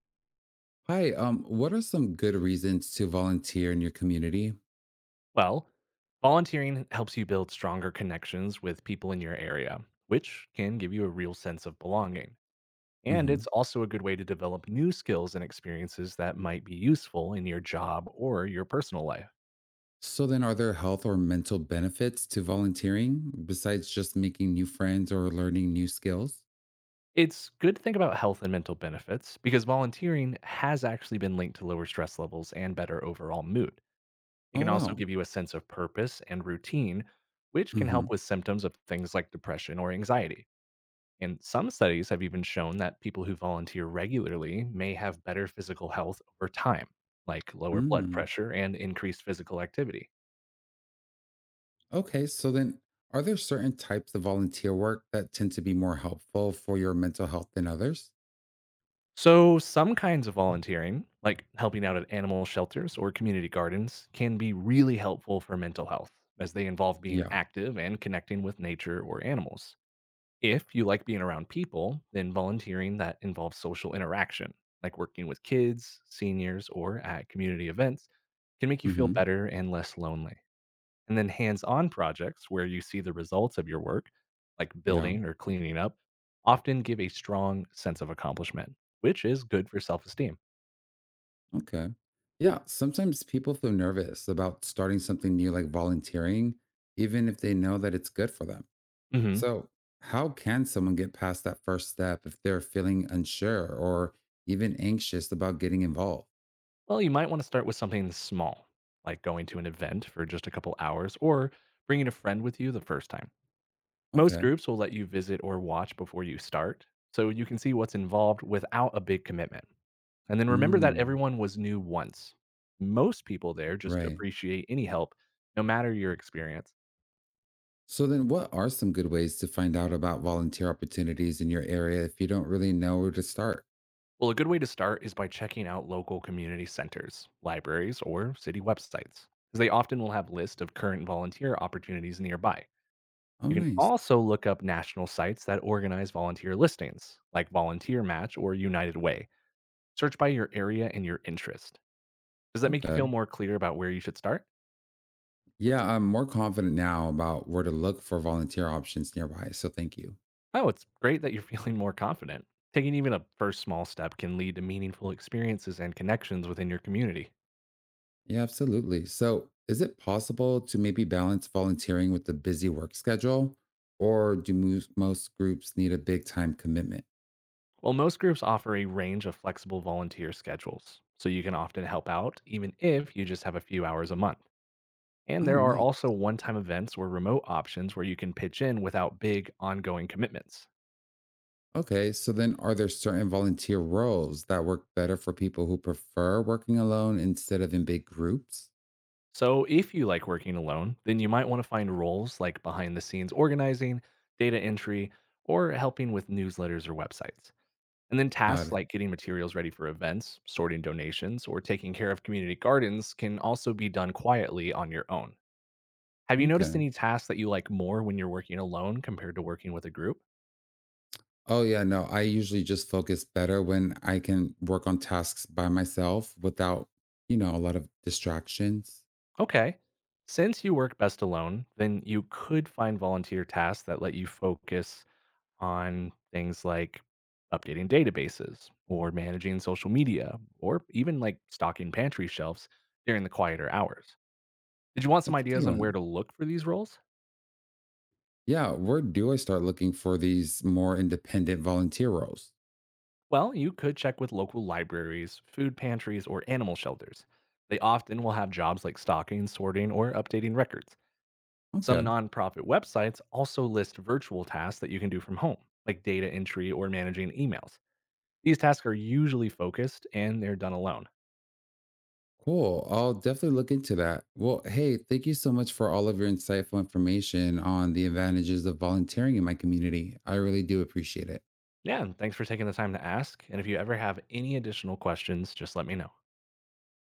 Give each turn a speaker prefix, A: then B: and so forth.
A: Hi, what are some good reasons to volunteer in your community?
B: Well, volunteering helps you build stronger connections with people in your area, which can give you a real sense of belonging. And it's
A: Hmm.
B: also a good way to develop new skills and experiences that might be useful in your job or your personal life.
A: So then, are there health or mental benefits to volunteering besides just making new friends or learning new skills?
B: It's good to think about health and mental benefits because volunteering has actually been linked to lower stress levels and better overall mood. It
A: Oh,
B: can also
A: wow.
B: give you a sense of purpose and routine, which can
A: Hmm.
B: help with symptoms of things like depression or anxiety. And some studies have even shown that people who volunteer regularly may have better physical health over time, like lower blood
A: Mm.
B: pressure and increased physical activity.
A: Okay, so then, are there certain types of volunteer work that tend to be more helpful for your mental health than others?
B: So, some kinds of volunteering, like helping out at animal shelters or community gardens, can be really helpful for mental health, as they involve being
A: Yeah.
B: active and connecting with nature or animals. If you like being around people, then volunteering that involves social interaction, like working with kids, seniors, or at community events, can make you feel
A: Hmm.
B: better and less lonely. And then hands on projects where you see the results of your work, like
A: Yeah.
B: building or cleaning up, often give a strong sense of accomplishment, which is good for self esteem.
A: Okay. Yeah, sometimes people feel nervous about starting something new like volunteering, even if they know that it's good for them.
B: Hmm.
A: So how can someone get past that first step if they're feeling unsure or even anxious about getting involved?
B: Well, you might want to start with something small, like going to an event for just a couple hours or bringing a friend with you the first time. Most
A: Okay.
B: groups will let you visit or watch before you start, so you can see what's involved without a big commitment. And then remember that
A: Mm,
B: everyone was new once. Most people there just
A: right.
B: appreciate any help, no matter your experience.
A: So then, what are some good ways to find out about volunteer opportunities in your area if you don't really know where to start?
B: Well, a good way to start is by checking out local community centers, libraries, or city websites, as they often will have lists of current volunteer opportunities nearby.
A: Oh,
B: You can
A: nice.
B: also look up national sites that organize volunteer listings, like Volunteer Match or United Way. Search by your area and your interest. Does that make you
A: Okay.
B: feel more clear about where you should start?
A: Yeah, I'm more confident now about where to look for volunteer options nearby. So thank you.
B: Oh, it's great that you're feeling more confident. Taking even a first small step can lead to meaningful experiences and connections within your community.
A: Yeah, absolutely. So is it possible to maybe balance volunteering with the busy work schedule, or do most groups need a big time commitment?
B: Well, most groups offer a range of flexible volunteer schedules, so you can often help out even if you just have a few hours a month.
A: Oh,
B: And there are
A: nice.
B: also one time events or remote options where you can pitch in without big ongoing commitments.
A: Okay, so then, are there certain volunteer roles that work better for people who prefer working alone instead of in big groups?
B: So, if you like working alone, then you might want to find roles like behind the scenes organizing, data entry, or helping with newsletters or websites. And then
A: Got
B: tasks
A: it.
B: like getting materials ready for events, sorting donations, or taking care of community gardens can also be done quietly on your own. Have you noticed
A: Okay.
B: any tasks that you like more when you're working alone compared to working with a group?
A: Oh, yeah, no, I usually just focus better when I can work on tasks by myself without a lot of distractions.
B: Okay. Since you work best alone, then you could find volunteer tasks that let you focus on things like updating databases or managing social media or even like stocking pantry shelves during the quieter hours. Did you want some
A: That's a good
B: ideas on where to
A: one.
B: look for these roles?
A: Yeah, where do I start looking for these more independent volunteer roles?
B: Well, you could check with local libraries, food pantries, or animal shelters. They often will have jobs like stocking, sorting, or updating records. Some
A: Okay,
B: nonprofit websites also list virtual tasks that you can do from home, like data entry or managing emails. These tasks are usually focused and they're done alone.
A: cool. I'll definitely look into that. Well, hey, thank you so much for all of your insightful information on the advantages of volunteering in my community. I really do appreciate it.
B: Yeah, and thanks for taking the time to ask. And if you ever have any additional questions, just let me know.